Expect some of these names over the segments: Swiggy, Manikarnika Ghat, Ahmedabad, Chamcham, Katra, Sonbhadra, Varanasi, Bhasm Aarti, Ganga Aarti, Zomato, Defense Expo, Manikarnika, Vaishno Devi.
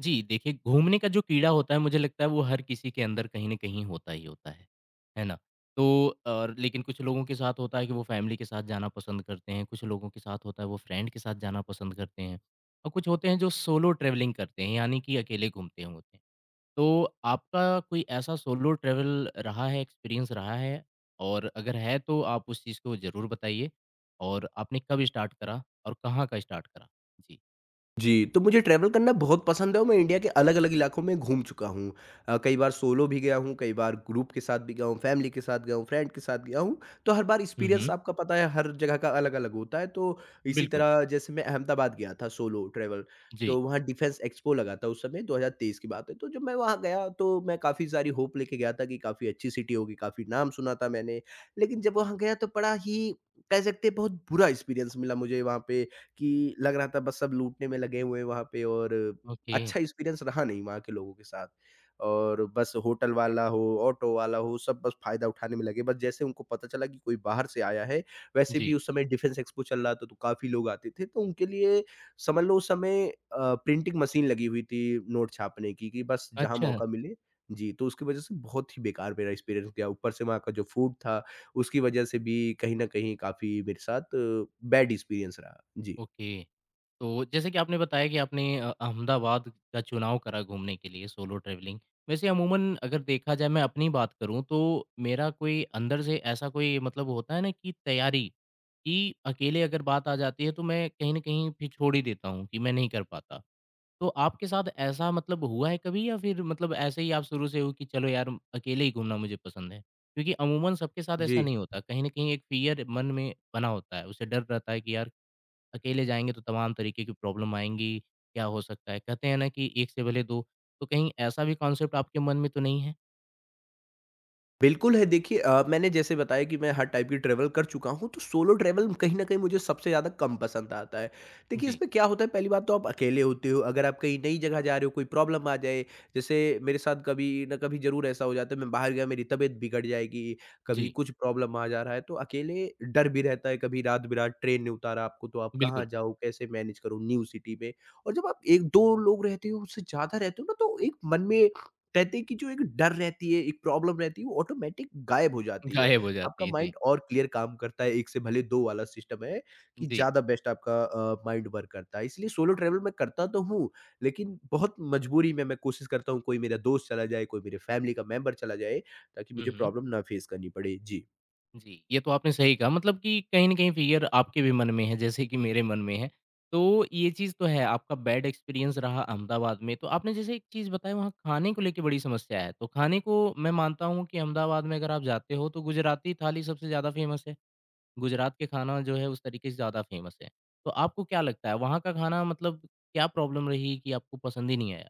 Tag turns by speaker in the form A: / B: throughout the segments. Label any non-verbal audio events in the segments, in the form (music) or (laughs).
A: जी, देखिए घूमने का जो कीड़ा होता है मुझे लगता है वो हर किसी के अंदर कहीं न कहीं होता ही होता है ना? तो और लेकिन कुछ लोगों के साथ होता है कि वो फैमिली के साथ जाना पसंद करते हैं, कुछ लोगों के साथ होता है वो फ्रेंड के साथ जाना पसंद करते हैं और कुछ होते हैं जो सोलो ट्रैवलिंग करते हैं यानी कि अकेले घूमते हैं होते हैं। तो आपका कोई ऐसा सोलो ट्रैवल रहा है, एक्सपीरियंस रहा है? और अगर है तो आप उस चीज़ को ज़रूर बताइए और आपने कब स्टार्ट करा और कहाँ का स्टार्ट करा? जी।
B: जी, तो मुझे ट्रैवल करना बहुत पसंद है और मैं इंडिया के अलग-अलग इलाकों में घूम चुका हूँ। कई बार सोलो भी गया हूँ, कई बार ग्रुप के साथ भी गया हूँ, फैमिली के साथ गया हूँ, फ्रेंड के साथ गया हूँ। तो हर बार
A: हुँ,
B: एक्सपीरियंस
A: हुँ।
B: आपका पता है हर जगह का अलग-अलग होता है। तो इसी
A: बिल्कुल।
B: तरह जैसे मैं अहमदाबाद गया था सोलो ट्रैवल,
A: जी।
B: तो वहाँ डिफेंस एक्सपो लगा था उस समय 2023 की बात है। तो जब मैं वहाँ गया तो मैं काफ़ी सारी होप लेके गया था कि काफ़ी अच्छी सिटी होगी, काफ़ी नाम सुना था मैंने। लेकिन जब वहाँ गया तो बड़ा ही कह सकते हैं बहुत बुरा एक्सपीरियंस मिला मुझे वहाँ पे। कि लग रहा था बस सब लूटने में लगे हुए हैं वहाँ पे और
A: ओके।
B: अच्छा एक्सपीरियंस रहा नहीं वहाँ के लोगों के साथ। और बस होटल वाला हो, ऑटो वाला हो, सब बस फ़ायदा उठाने में लगे। बस जैसे उनको पता चला कि कोई बाहर से आया है, वैसे
A: जी।
B: भी उस समय डिफेंस एक्सपो चल रहा था तो काफ़ी लोग आते थे। तो उनके लिए समझ लो उस समय प्रिंटिंग मशीन लगी हुई थी नोट छापने की कि बस जहाँ
A: अच्छा,
B: मौका मिले। जी, तो उसकी वज़ह से बहुत ही बेकार मेरा एक्सपीरियंस गया। ऊपर से वहाँ का जो फूड था उसकी वज़ह से भी कहीं न कहीं काफ़ी मेरे साथ बैड एक्सपीरियंस रहा। जी।
A: ओके। तो जैसे कि आपने बताया कि आपने अहमदाबाद का चुनाव करा घूमने के लिए सोलो ट्रैवलिंग। वैसे अमूमन अगर देखा जाए मैं अपनी बात करूँ तो मेरा कोई अंदर से ऐसा कोई मतलब होता है ना कि तैयारी कि अकेले अगर बात आ जाती है तो मैं कहीं न कहीं फिर छोड़ ही देता हूँ कि मैं नहीं कर पाता। तो आपके साथ ऐसा मतलब हुआ है कभी या फिर मतलब ऐसे ही आप शुरू से हो कि चलो यार अकेले ही घूमना मुझे पसंद है? क्योंकि अमूमन सबके साथ
B: जी।
A: ऐसा नहीं होता। कहीं न कहीं एक फ़ियर मन में बना होता है, उसे डर रहता है कि यार अकेले जाएँगे तो तमाम तरीके की प्रॉब्लम आएँगी, क्या हो सकता है? कहते हैं ना कि एक से भले दो, तो कहीं ऐसा भी कॉन्सेप्ट आपके मन में तो नहीं है?
B: बिल्कुल है, देखिए, मैंने जैसे बताया कि मैं हर टाइप की ट्रैवल कर चुका हूँ, तो सोलो ट्रैवल कहीं न कहीं मुझे सबसे ज़्यादा कम पसंद आता है। देखिए,
A: जी।
B: इसमें क्या होता है, पहली बात तो आप अकेले होते हो, अगर आप कहीं नई जगह जा रहे हो, कोई प्रॉब्लम आ जाए, जैसे मेरे साथ कभी न कभी ज़रूर ऐसा हो जाता है, मैं बाहर गया, मेरी तबीयत बिगड़ जाएगी, कभी
A: जी,
B: कुछ प्रॉब्लम आ जा रहा है, तो अकेले डर भी रहता है, कभी रात-बिरात ट्रेन ने उतारा आपको, तो आप कहाँ
A: बिल्कुल,
B: जाओ, कैसे मैनेज करो न्यू सिटी में। और जब आप 1-2 लोग रहते हो, उससे ज़्यादा रहते हो ना, तो एक मन में कहते हैं कि जो एक डर रहती है, एक प्रॉब्लम रहती है, वो ऑटोमैटिक गायब हो जाती है।
A: गायब हो
B: आपका
A: जाती है। जी,
B: माइंड और क्लियर काम करता है, 1 से भले 2 वाला सिस्टम है कि
A: जी।
B: ज़्यादा बेस्ट आपका माइंड वर्क करता है। इसलिए सोलो ट्रैवल मैं करता तो हूँ, लेकिन बहुत मजबूरी में मैं कोशिश करता हूँ कोई मेरा दोस्त चला जाए, कोई मेरे फैमिली का मेंबर चला जाए, ताकि
A: हुँ,
B: मुझे
A: हुँ।
B: प्रॉब्लम ना फेस करनी पड़े। जी।
A: जी, ये तो आपने सही कहा मतलब कि कहीं न कहीं फ़ियर आपके भी मन में है, जैसे कि मेरे मन में है। तो ये चीज़ तो है, आपका बैड एक्सपीरियंस रहा अहमदाबाद में। तो आपने जैसे एक चीज़ बताई वहाँ खाने को लेके बड़ी समस्या है, तो खाने को मैं मानता हूँ कि अहमदाबाद में अगर आप जाते हो तो गुजराती थाली सबसे ज़्यादा फ़ेमस है। गुजरात के खाना जो है उस तरीके से ज़्यादा फ़ेमस है। तो आपको क्या लगता है वहाँ का खाना मतलब क्या प्रॉब्लम रही कि आपको पसंद ही नहीं आया?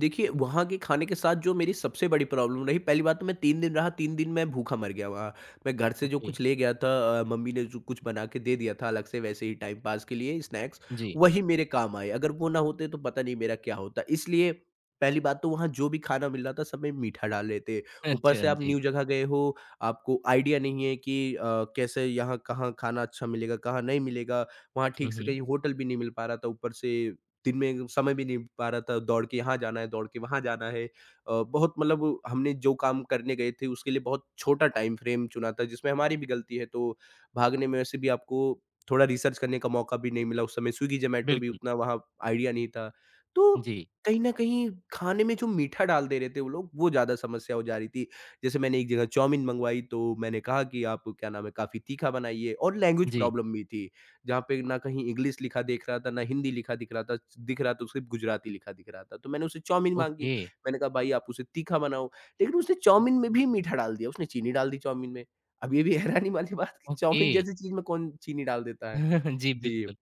B: देखिए, वहाँ के खाने के साथ जो मेरी सबसे बड़ी प्रॉब्लम रही, पहली बात तो मैं 3 दिन रहा, 3 दिन मैं भूखा मर गया वहाँ। मैं घर से जो
A: ओके,
B: कुछ ले गया था, मम्मी ने जो कुछ बना के दे दिया था अलग से वैसे ही टाइम पास के लिए स्नैक्स,
A: जी।
B: वही मेरे काम आए। अगर वो ना होते तो पता नहीं मेरा क्या होता। इसलिए पहली बात तो वहाँ जो भी खाना मिल रहा था सब में मीठा डाल रहे थे।
A: (laughs)
B: ऊपर
A: अच्छा,
B: से आप
A: जी।
B: न्यू जगह गए हो, आपको आइडिया नहीं है कि कैसे यहाँ कहाँ खाना अच्छा मिलेगा, कहाँ नहीं मिलेगा। वहाँ
A: हुँ,
B: ठीक से
A: हुँ।
B: कहीं होटल भी नहीं मिल पा रहा था, ऊपर से दिन में समय भी नहीं पा रहा था, दौड़ के यहाँ जाना है, दौड़ के वहाँ जाना है। बहुत मतलब हमने जो काम करने गए थे उसके लिए बहुत छोटा टाइम फ्रेम चुना था जिसमें हमारी भी गलती है, तो भागने में वैसे भी आपको थोड़ा रिसर्च करने का मौका भी नहीं मिला उस समय, स्विगी, ज़ोमैटो भी
A: बिल्कुल।
B: उतना वहाँ आइडिया नहीं था। तो
A: जी,
B: कहीं न कहीं खाने में जो मीठा डाल दे रहे थे वो लोग, वो ज़्यादा समस्या हो जा रही थी। जैसे मैंने एक जगह चाउमीन मँगवाई तो मैंने कहा कि आप क्या नाम है काफ़ी तीखा बनाइए और लैंग्वेज
A: जी।
B: प्रॉब्लम भी थी। जहाँ पे ना कहीं इंग्लिश लिखा दिख रहा था, ना हिंदी लिखा दिख रहा था सिर्फ़ गुजराती लिखा दिख रहा था। तो मैंने उससे चाउमीन माँगी,
A: ओके,
B: मैंने कहा भाई आप उसे तीखा बनाओ, लेकिन उसने चाउमीन में भी मीठा डाल दिया, उसने चीनी डाल दी चाउमीन में। अब ये भी हैरानी वाली बात कि
A: ओके।
B: चाउमीन जैसी चीज़ में कौन चीनी डाल देता है?
A: (laughs) जी,
B: जी,
A: बिल्कुल।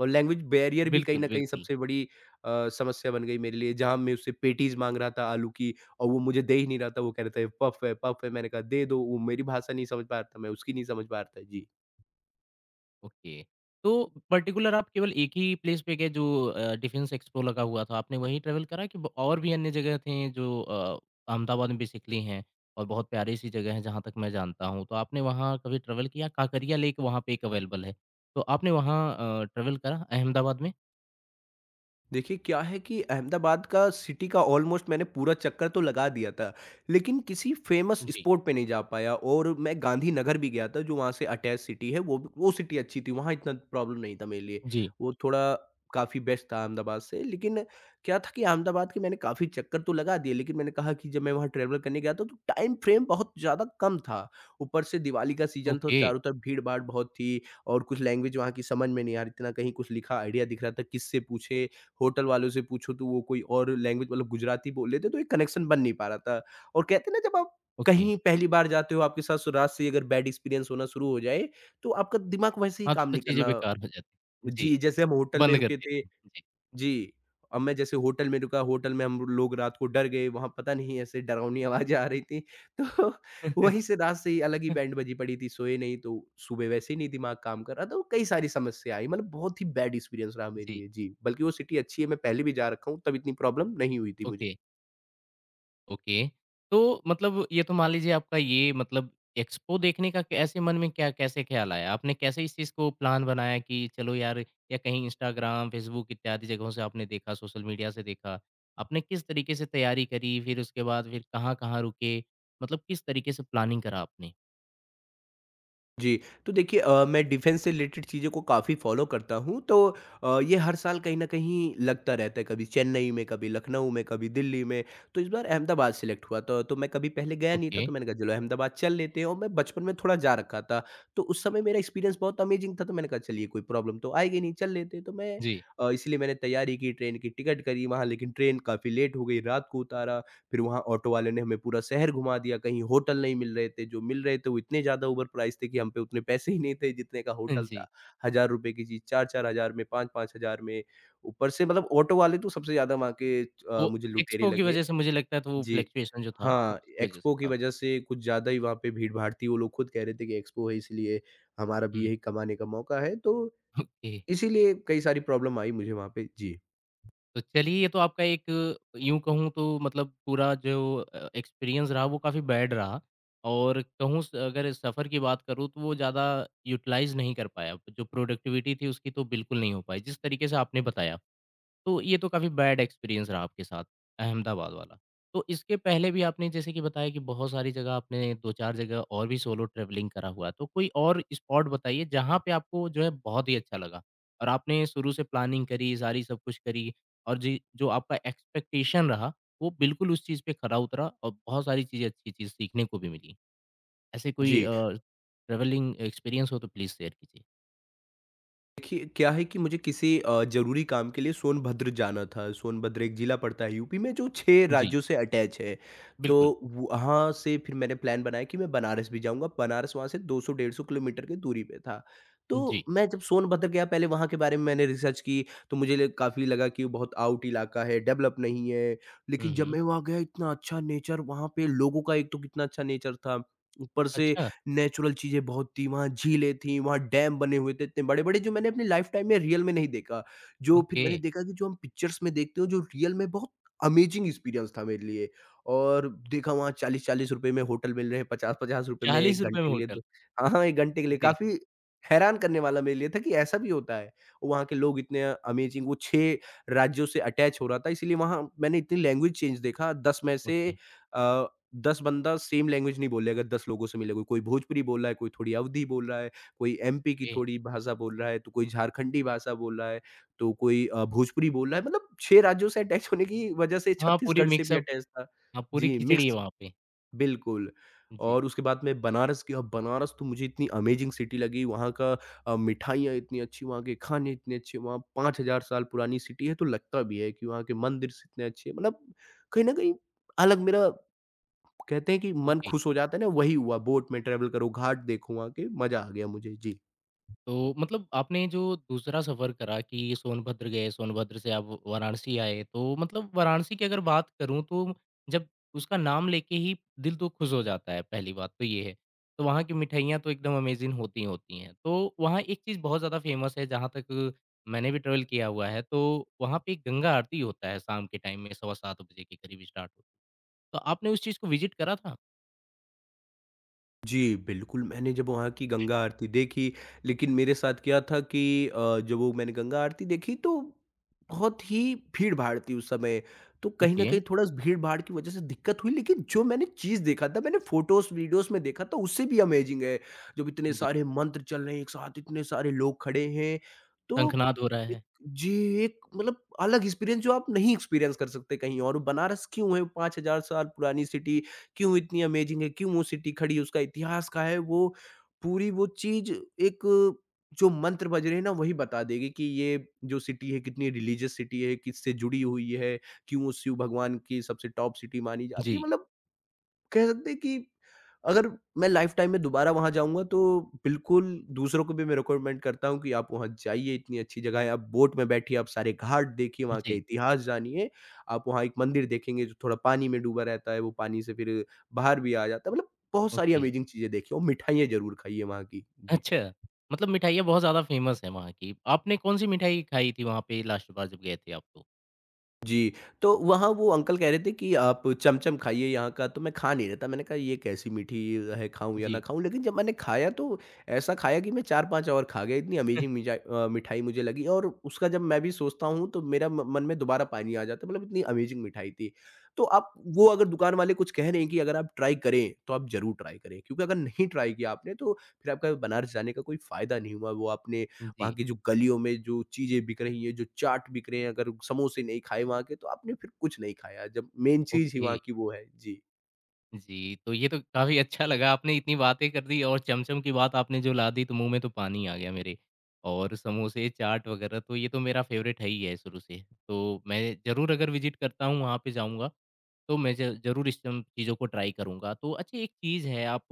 B: और लैंग्वेज बैरियर भी कहीं
A: बिल्कुल,
B: न कहीं
A: बिल्कुल।
B: सबसे बड़ी समस्या बन गई मेरे लिए, जहाँ मैं उससे पैटीज़ माँग रहा था आलू की और वो मुझे दे ही नहीं रहा था, वो कह रहा था पफ है, मैंने कहा दे दो, वो मेरी भाषा नहीं समझ पा रहा था, मैं उसकी नहीं समझ पा रहा था। जी।
A: ओके। तो पर्टिकुलर आप केवल एक ही प्लेस पे गए जो डिफेंस एक्सपो लगा हुआ था, आपने वहीं ट्रैवल करा कि ब और भी अन्य जगह थीं जो अहमदाबाद में बेसिकली हैं और बहुत प्यारी-सी जगह है जहाँ तक मैं जानता हूँ। तो आपने वहाँ कभी ट्रैवल किया? काकरिया लेक वहाँ पे एक अवेलेबल है। तो आपने वहाँ ट्रैवल करा अहमदाबाद में?
B: देखिए क्या है कि अहमदाबाद का सिटी का ऑलमोस्ट मैंने पूरा चक्कर तो लगा दिया था, लेकिन किसी फेमस
A: जी,
B: स्पॉट पे नहीं जा पाया और मैं गांधीनगर भी गया था जो वहाँ से अटैच सिटी है, वो सिटी अच्छी थी, वहाँ इतना प्रॉब्लम नहीं था मेरे लिए।
A: जी।
B: वो थोड़ा काफ़ी बेस्ट था अहमदाबाद से, लेकिन क्या था कि अहमदाबाद के मैंने काफ़ी चक्कर तो लगा दिए, लेकिन मैंने कहा कि जब मैं वहाँ ट्रैवल करने गया था तो टाइम फ्रेम बहुत ज़्यादा कम था। ऊपर से दिवाली का सीज़न था,
A: ओके,
B: चारों तरफ भीड़ भाड़ बहुत थी और कुछ लैंग्वेज वहाँ की समझ में नहीं आ रही थी, ना कहीं कुछ लिखा आइडिया दिख रहा था, किससे पूछे, होटल वालों से पूछो तो वो कोई और लैंग्वेज मतलब गुजराती बोल रहे थे, तो एक कनेक्शन बन नहीं पा रहा था। और कहते हैं ना जब आप
A: ओके।
B: कहीं पहली बार जाते हो आपके साथ शुरुआत से ही अगर बैड एक्सपीरियंस होना शुरू हो जाए, तो आपका दिमाग वैसे ही
A: हाँ,
B: काम
A: तो
B: नहीं
A: चीज़ें
B: करना।
A: बेकार हो जाती हैं। जी,
B: जी, जैसे हम होटल में
A: बंद कर
B: रुके थे।
A: देती हैं। जी।
B: जी, अब मैं जैसे होटल में रुका, होटल में हम लोग रात को डर गए, वहाँ पता नहीं ऐसे डरावनी आवाज़ें आ रही थी। (laughs) तो
A: (laughs)
B: वहीं से रात से ही अलग ही बैंड बजी पड़ी थी, सोए नहीं, तो सुबह वैसे ही नहीं दिमाग काम कर रहा था, तो कई सारी समस्या आई मतलब बहुत ही बैड एक्सपीरियंस रहा मेरे
A: जी,
B: लिए। जी, बल्कि वो सिटी अच्छी है, मैं पहले भी जा रखा हूँ, तब इतनी प्रॉब्लम नहीं हुई थी मुझे।
A: ओके। ओके। तो मतलब ये तो मान लीजिए आपका ये मतलब एक्सपो देखने का ऐसे मन में क्या कैसे ख़्याल आया? आपने कैसे इस चीज़ को प्लान बनाया कि चलो यार या कहीं इंस्टाग्राम, फ़ेसबुक इत्यादि जगहों से आपने देखा, सोशल मीडिया से देखा। आपने किस तरीके से तैयारी करी? फिर उसके बाद फिर कहाँ-कहाँ रुके? मतलब किस तरीके से प्लानिंग करा आपने?
B: जी, तो देखिए, मैं डिफेंस से रिलेटेड चीज़ों को काफ़ी फ़ॉलो करता हूँ, तो ये हर साल कहीं न कहीं लगता रहता है, कभी चेन्नई में, कभी लखनऊ में, कभी दिल्ली में। तो इस बार अहमदाबाद सेलेक्ट हुआ था, तो मैं कभी पहले गया नहीं था,
A: ओके,
B: तो मैंने कहा, "चलो अहमदाबाद चल लेते हैं।" और मैं बचपन में थोड़ा जा रखा था, तो उस समय मेरा एक्सपीरियंस बहुत अमेज़िंग था, तो मैंने कहा, "चलिए, कोई प्रॉब्लम तो आएगी नहीं, चल लेते हैं।" तो
A: जी।
B: इसलिए मैंने तैयारी की, ट्रेन की टिकट करी वहाँ, लेकिन ट्रेन काफ़ी लेट हो गई, रात को उतारा। फिर वहाँ ऑटो वाले ने हमें पूरा शहर घुमा दिया, कहीं होटल नहीं मिल रहे थे, जो मिल रहे थे वो इतने ज़्यादा ओवर प्राइस थे कि हम पे उतने पैसे ही नहीं थे जितने का
A: (laughs) हाँ
B: होटल
A: जी।
B: था। ₹1000 की चीज़ 4-4000 में, 5-5000 में, ऊपर से मतलब ऑटो वाले तो सबसे ज़्यादा वहाँ के,
A: वो
B: मुझे लुटेरे
A: एक्सपो की
B: लगे।
A: वज़ह से मुझे लगता है तो वो
B: जी।
A: फ्लक्चुएशन जो था,
B: हाँ,
A: उसकी वज़ह
B: एक्सपो
A: से
B: की
A: था।
B: वजह से कुछ ज़्यादा ही वहाँ पे भीड़-भाड़ थी, वो लोग खुद कह रहे थे कि एक्सपो है इसलिए हमारा भी
A: हुँ,
B: यही कमाने का मौका है, तो
A: (laughs) ओके।
B: इसीलिए कई सारी प्रॉब्लम आई मुझे वहाँ पे। जी।
A: तो चलिए ये तो आपका एक यूँ कहूँ तो मतलब पूरा जो एक्सपीरियंस रहा वो काफ़ी बैड रहा और कहूँ स अगर सफ़र की बात करूँ तो वो ज़्यादा यूटिलाइज़ नहीं कर पाया, जो प्रोडक्टिविटी थी उसकी तो बिल्कुल नहीं हो पाई, जिस तरीके से आपने बताया। तो ये तो काफ़ी बैड एक्सपीरियंस रहा आपके साथ, अहमदाबाद वाला। तो इसके पहले भी आपने जैसे कि बताया कि बहुत सारी जगह आपने 2-4 जगह और भी सोलो ट्रैवलिंग करा हुआ है, तो कोई और स्पॉट बताइए जहाँ पे आपको जो है बहुत ही अच्छा लगा और आपने शुरू से प्लानिंग करी, सारी सब कुछ करी और जी जो आपका एक्सपेक्टेशन रहा, वो बिल्कुल उस चीज़ पे खरा उतरा और बहुत सारी चीज़ें अच्छी चीज़ सीखने को भी मिली। ऐसे कोई
B: जी।
A: ट्रैवलिंग एक्सपीरियंस हो तो प्लीज़ शेयर कीजिए?
B: देखिए, क्या है कि मुझे किसी ज़रूरी काम के लिए सोनभद्र जाना था। सोनभद्र एक ज़िला पड़ता है यूपी में जो 6
A: जी,
B: राज्यों से अटैच है। तो
A: बिल्कुल।
B: वहाँ से फिर मैंने प्लान बनाया कि मैं बनारस भी जाऊँगा। बनारस वहाँ से 200 डेढ़ सौ किलोमीटर की दूरी पे था।
A: जी।
B: तो मैं जब सोनभद्र गया पहले वहाँ के बारे में मैंने रिसर्च की तो मुझे ल काफ़ी लगा कि वो बहुत आउट इलाका है, डेवलप नहीं है।
A: हुँ,
B: लेकिन जब
A: हुँ।
B: मैं वहाँ गया इतना अच्छा नेचर वहाँ पे लोगों का, एक तो कितना अच्छा नेचर था। ऊपर से
A: अच्छा,
B: नेचुरल चीज़ें बहुत थी, वहाँ झीलें थी, वहाँ डैम बने हुए थे इतने बड़े-बड़े जो मैंने अपनी लाइफ टाइम में रियल में नहीं देखा। जो फिर
A: ओके।
B: मैंने देखा कि जो हम पिक्चर्स में देखते हो जो रियल में बहुत अमेज़िंग एक्सपीरियंस था मेरे लिए। और देखा वहाँ 40-40 रुपए में होटल मिल रहे हैं, 50-50 रुपए में 1
A: ₹40 में
B: घंटे के लिए, तो
A: होटल।
B: हाँ, हाँ, 1 घंटे के लिए
A: जी,
B: काफ़ी हैरान करने वाला मेरे लिए था कि ऐसा भी होता है। वहाँ के लोग इतने अमेज़िंग, वो 6 राज्यों से अटैच हो रहा था इसलिए वहाँ मैंने इतनी लैंग्वेज चेंज देखा, 10 में से
A: ओके,
B: अ 10 बंदा सेम लैंग्वेज नहीं बोल रहा है, अगर 10 लोगों से मिलोगे, कोई भोजपुरी बोल रहा है, कोई थोड़ी अवधी बोल रहा है, कोई एमपी की
A: ओके।
B: थोड़ी भाषा बोल रहा है, तो कोई झारखंडी भाषा बोल रहा है, तो कोई भोजपुरी बोल रहा है, मतलब 6 राज्यों से अटैच होने की वजह से
A: हाँ, पूरी
B: छत्तीसगढ़ से भी
A: मिक्सअप
B: अटैच था।
A: हाँ, पूरी
B: जी,
A: खिचड़ी है
B: मिक्स
A: वहाँ पे।
B: बिल्कुल।
A: जी,
B: और उसके बाद मैं बनारस गया, बनारस तो मुझे इतनी अमेजिंग सिटी लगी, वहाँ का मिठाइयाँ इतनी अच्छी, वहाँ के खाने इतने अच्छे, वहाँ 5000 साल पुरानी सिटी है, तो लगता भी है कि वहाँ के मंदिर स इतने अच्छे हैं, मतलब कहीं न कहीं अलग मेरा कहते हैं कि मन
A: ओके।
B: खुश हो जाता है ना, वही हुआ, बोट में ट्रैवल करो, घाट देखो वहाँ के, मज़ा आ गया मुझे। जी।
A: तो मतलब आपने जो दूसरा सफ़र करा कि सोनभद्र गए, सोनभद्र से आप वाराणसी आए, तो मतलब वाराणसी की अगर बात करूँ तो जब उसका नाम लेके ही दिल तो खुश हो जाता है, पहली बात तो ये है। तो वहाँ की मिठाइयाँ तो एकदम अमेज़िंग होती ही होती हैं। तो वहाँ एक चीज़ बहुत ज़्यादा फ़ेमस है, जहाँ तक मैंने भी ट्रैवल किया हुआ है, तो वहाँ पे गंगा आरती होता है शाम के टाइम में सवा 7 बजे के करीब स्टार्ट तो आपने उस चीज़ को विज़िट करा था?
B: जी, बिल्कुल, मैंने जब वहाँ की गंगा आरती देखी, लेकिन मेरे साथ क्या था कि जब वो मैंने गंगा आरती देखी तो बहुत ही भीड़-भाड़ थी उस समय, तो कहीं न
A: ओके,
B: कहीं थोड़ा भीड़-भाड़ की वजह से दिक्कत हुई लेकिन जो मैंने चीज़ देखा था, मैंने फ़ोटोज़, वीडियोज़ में देखा था उससे भी अमेज़िंग है। जब इतने
A: जी।
B: सारे मंत्र चल रहे हैं एक साथ, इतने सारे लोग खड़े हैं, तो
A: शंखनाद हो रहा
B: एक
A: है।
B: जी, एक मतलब अलग एक्सपीरियंस जो आप नहीं एक्सपीरियंस कर सकते कहीं और। बनारस क्यों है 5000 साल पुरानी सिटी क्यों इतनी अमेजिंग है, क्यों वो सिटी खड़ी है, उसका इतिहास क्या है, वो पूरी वो चीज़ एक जो मंत्र बज रहे हैं ना, वही बता देगी कि ये जो सिटी है, कितनी रिलीजियस सिटी है, किससे जुड़ी हुई है, क्यों वो शिव भगवान की सबसे टॉप सिटी मानी जाती है।
A: जी,
B: मतलब कह सकते हैं कि अगर मैं लाइफ़टाइम में दोबारा वहाँ जाऊँगा तो बिल्कुल दूसरों को भी मैं रिकमेंड करता हूँ कि आप वहाँ जाइए, इतनी अच्छी जगह है, आप बोट में बैठिए, आप सारे घाट देखिए, वहाँ का
A: जी,
B: इतिहास जानिए, आप वहाँ एक मंदिर देखेंगे जो थोड़ा पानी में डूबा रहता है, वो पानी से फिर बाहर भी आ जाता है, मतलब बहुत सारी
A: ओके।
B: अमेज़िंग चीज़ें देखिए और मिठाइयाँ ज़रूर खाइए वहाँ की। जी।
A: अच्छा, मतलब मिठाइयाँ बहुत ज़्यादा फ़ेमस हैं वहाँ की। आपने कौन-सी मिठाई खाई थी वहाँ पे लास्ट बार जब गए थे आप तो?
B: जी, तो वहाँ वो अंकल कह रहे थे कि आप चमचम खाइए यहाँ का, तो मैं खा नहीं रहा था। मैंने कहा ये कैसी मीठी है, खाऊँ या ना
A: जी,
B: खाऊँ? लेकिन जब मैंने खाया तो ऐसा खाया कि मैं 4-5 और खा गया, इतनी अमेज़िंग मिठाई मुझे लगी और उसका जब मैं भी सोचता हूँ तो मेरा म मन में दोबारा पानी आ जाता है, मतलब इतनी अमेज़िंग मिठाई थी। तो आप वो अगर दुकान वाले कुछ कह रहे हैं कि अगर आप ट्राई करें, तो आप ज़रूर ट्राई करें क्योंकि अगर नहीं ट्राई किया आपने तो फिर आपका बनारस जाने का कोई फ़ायदा नहीं हुआ, वो आपने वहाँ
A: जी,
B: की जो गलियों में जो चीज़ें बिक रही हैं, जो चाट बिक रहे हैं, अगर समोसे नहीं खाए वहाँ के तो आपने फिर कुछ नहीं खाया जब मेन चीज़ ही
A: ओके।
B: वहाँ की वो है। जी।
A: जी, तो ये तो काफ़ी अच्छा लगा आपने इतनी बातें कर दी और चमचम की बात आपने जो ला दी तो मुँह में तो पानी आ गया मेरे। और समोसे, चाट वग़ैरह तो ये तो मेरा फ़ेवरेट है ही है शुरू से। तो मैं ज़रूर अगर विज़िट करता हूँ वहाँ पे जाऊँगा, तो मैं ज ज़रूर इस चम चीज़ों को ट्राई करूँगा। तो अच्छा एक चीज़ है आप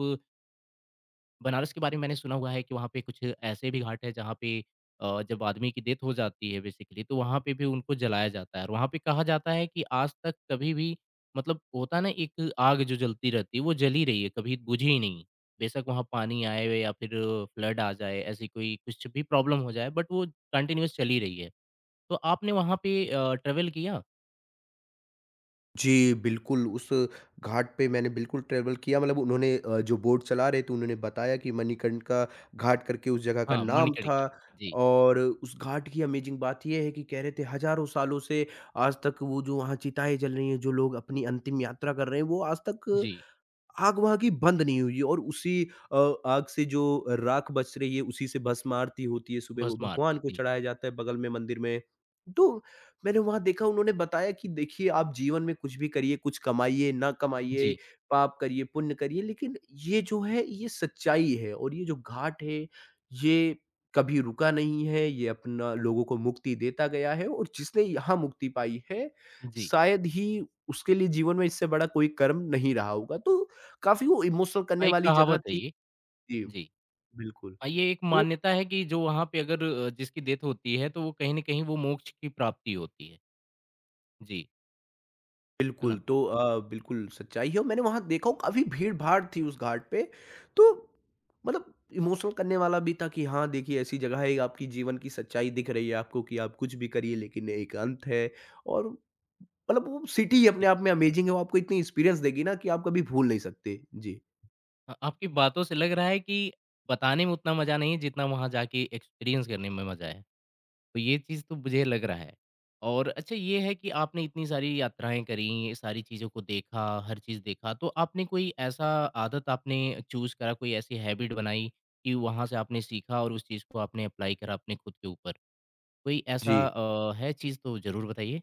A: बनारस के बारे में मैंने सुना हुआ है कि वहाँ पे कुछ ऐसे भी घाट हैं जहाँ पे जब आदमी की डेथ हो जाती है बेसिकली तो वहाँ पे भी उनको जलाया जाता है और वहाँ पे कहा जाता है कि आज तक कभी भी मतलब होता है ना एक आग जो जलती रहती है वो जली रही है कभी बुझी ही नहीं बेशक वहाँ पानी आए हुए या फिर फ्लड आ जाए ऐसी कोई कुछ भी प्रॉब्लम हो जाए बट वो कंटिन्यूस चली रही है तो आपने वहाँ पे ट्रेवल किया
B: जी, बिल्कुल उस घाट पे मैंने बिल्कुल ट्रैवल किया मतलब उन्होंने जो बोट चला रहे थे उन्होंने बताया कि मणिकर्णिका घाट करके उस जगह का
A: हाँ
B: नाम था
A: मणिकर्णिका जी
B: और उस घाट की अमेजिंग बात ये है कि कह रहे थे हज़ारों सालों से आज तक वो जो वहाँ चिताएँ जल रही हैं, जो लोग अपनी अंतिम यात्रा कर रहे हैं, वो आज तक
A: जी
B: आग वहाँ की बंद नहीं हुई है और उसी अ, आग से जो राख बच रही है उसी से भस्म आरती होती है, सुबह वो
A: भस्म
B: भगवान
A: आरती
B: को
A: जी
B: चढ़ाया जाता है बगल में मंदिर में। तो मैंने वहाँ देखा उन्होंने बताया कि देखिए आप जीवन में कुछ भी करिए, कुछ कमाइए, ना कमाइए,
A: जी
B: पाप करिए, पुण्य करिए लेकिन ये जो है ये सच्चाई है और ये जो घाट है ये कभी रुका नहीं है, ये अपना लोगों को मुक्ति देता गया है और जिसने यहाँ मुक्ति पाई है
A: जी
B: शायद ही उसके लिए जीवन में इससे बड़ा कोई कर्म नहीं रहा होगा। तो काफ़ी वो इमोशनल
A: हाँ,
B: करने
A: एक
B: वाली जगह
A: कहावत है
B: थी।
A: ये
B: जी,
A: जी
B: बिल्कुल।
A: ये एक
B: तो
A: मान्यता है कि जो वहाँ पे अगर जिसकी डेथ होती है, तो वो कहीं न कहीं वो मोक्ष की प्राप्ति होती है। जी, है
B: बिल्कुल,
A: ना?
B: तो बिल्कुल सच्चाई है और मैंने वहाँ देखा वो काफ़ी भीड़-भाड़ थी उस घाट पे। तो मतलब इमोशनल करने वाला भी था कि हाँ, देखिए ऐसी जगह है, आपकी जीवन की सच्चाई दिख रही है आपको कि आप कुछ भी करिए लेकिन एक अंत है और मतलब वो सिटी ही
A: जी।
B: अपने आप में अमेज़िंग है, वो आपको इतनी एक्सपीरियंस देगी ना कि आप कभी भूल नहीं सकते। जी।
A: आपकी बातों से लग रहा है कि बताने में उतना मज़ा नहीं है, जितना वहाँ जाके एक्सपीरियंस करने में मज़ा है। तो ये चीज़ तो मुझे लग रहा है। और अच्छा ये है कि आपने इतनी सारी यात्राएँ करी, ये सारी चीज़ों को देखा, हर चीज़ देखा, तो आपने कोई ऐसा आदत आपने चूज़ करा, कोई ऐसी हैबिट बनाई कि वहाँ से आपने सीखा और उस चीज़ को आपने अप्लाई करा अपने खुद के ऊपर? कोई
B: जी।
A: ऐसा है चीज़ तो ज़रूर बताइए।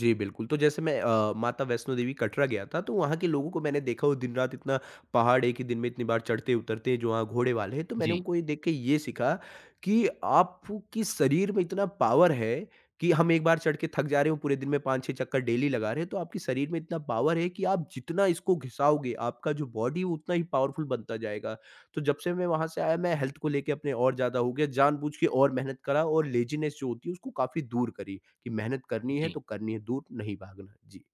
B: जी, बिल्कुल। तो जैसे मैं माता वैष्णो देवी कटरा गया था, तो वहाँ के लोगों को मैंने देखा वो दिन-रात इतना पहाड़ एक ही दिन में इतनी बार चढ़ते-उतरते हैं, जो वहाँ घोड़े वाले हैं। तो मैंने
A: जी,
B: उनको ये देख के ये सीखा कि आपके शरीर में इतना पावर है कि हम एक बार चढ़ के थक जा रहे हो, पूरे दिन में 5-6 चक्कर डेली लगा रहे हैं, तो आपके शरीर में इतना पावर है कि आप जितना इसको घिसाओगे, आपका जो बॉडी है, वो उतना ही पावरफुल बनता जाएगा। तो जब से मैं वहाँ से आया, मैं हेल्थ को लेके अपने और ज़्यादा हो गया, जानबूझ के और मेहनत करा और लेज़ीनेस जो होती है, उसको काफ़ी दूर करी। कि मेहनत करनी है
A: जी,
B: तो करनी है, दूर नहीं भागना। जी।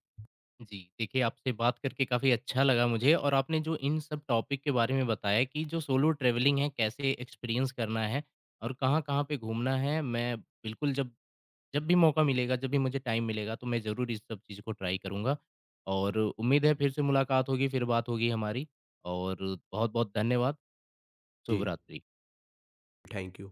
A: जी। देखिए, आपसे बात करके काफ़ी अच्छा लगा मुझे और आपने जो इन सब टॉपिक के बारे में बताया कि जो सोलो ट्रैवलिंग है, कैसे एक्सपीरियंस करना है और कहाँ-कहाँ पे घूमना है। मैं बिल्कुल जब जब भी मौका मिलेगा, जब भी मुझे टाइम मिलेगा, तो मैं ज़रूर इस सब चीज़ को ट्राई करूँगा और उम्मीद है फिर से मुलाकात होगी, फिर बात होगी हमारी और बहुत-बहुत धन्यवाद।
B: जी,
A: शुभ रात्रि।
B: Thank you.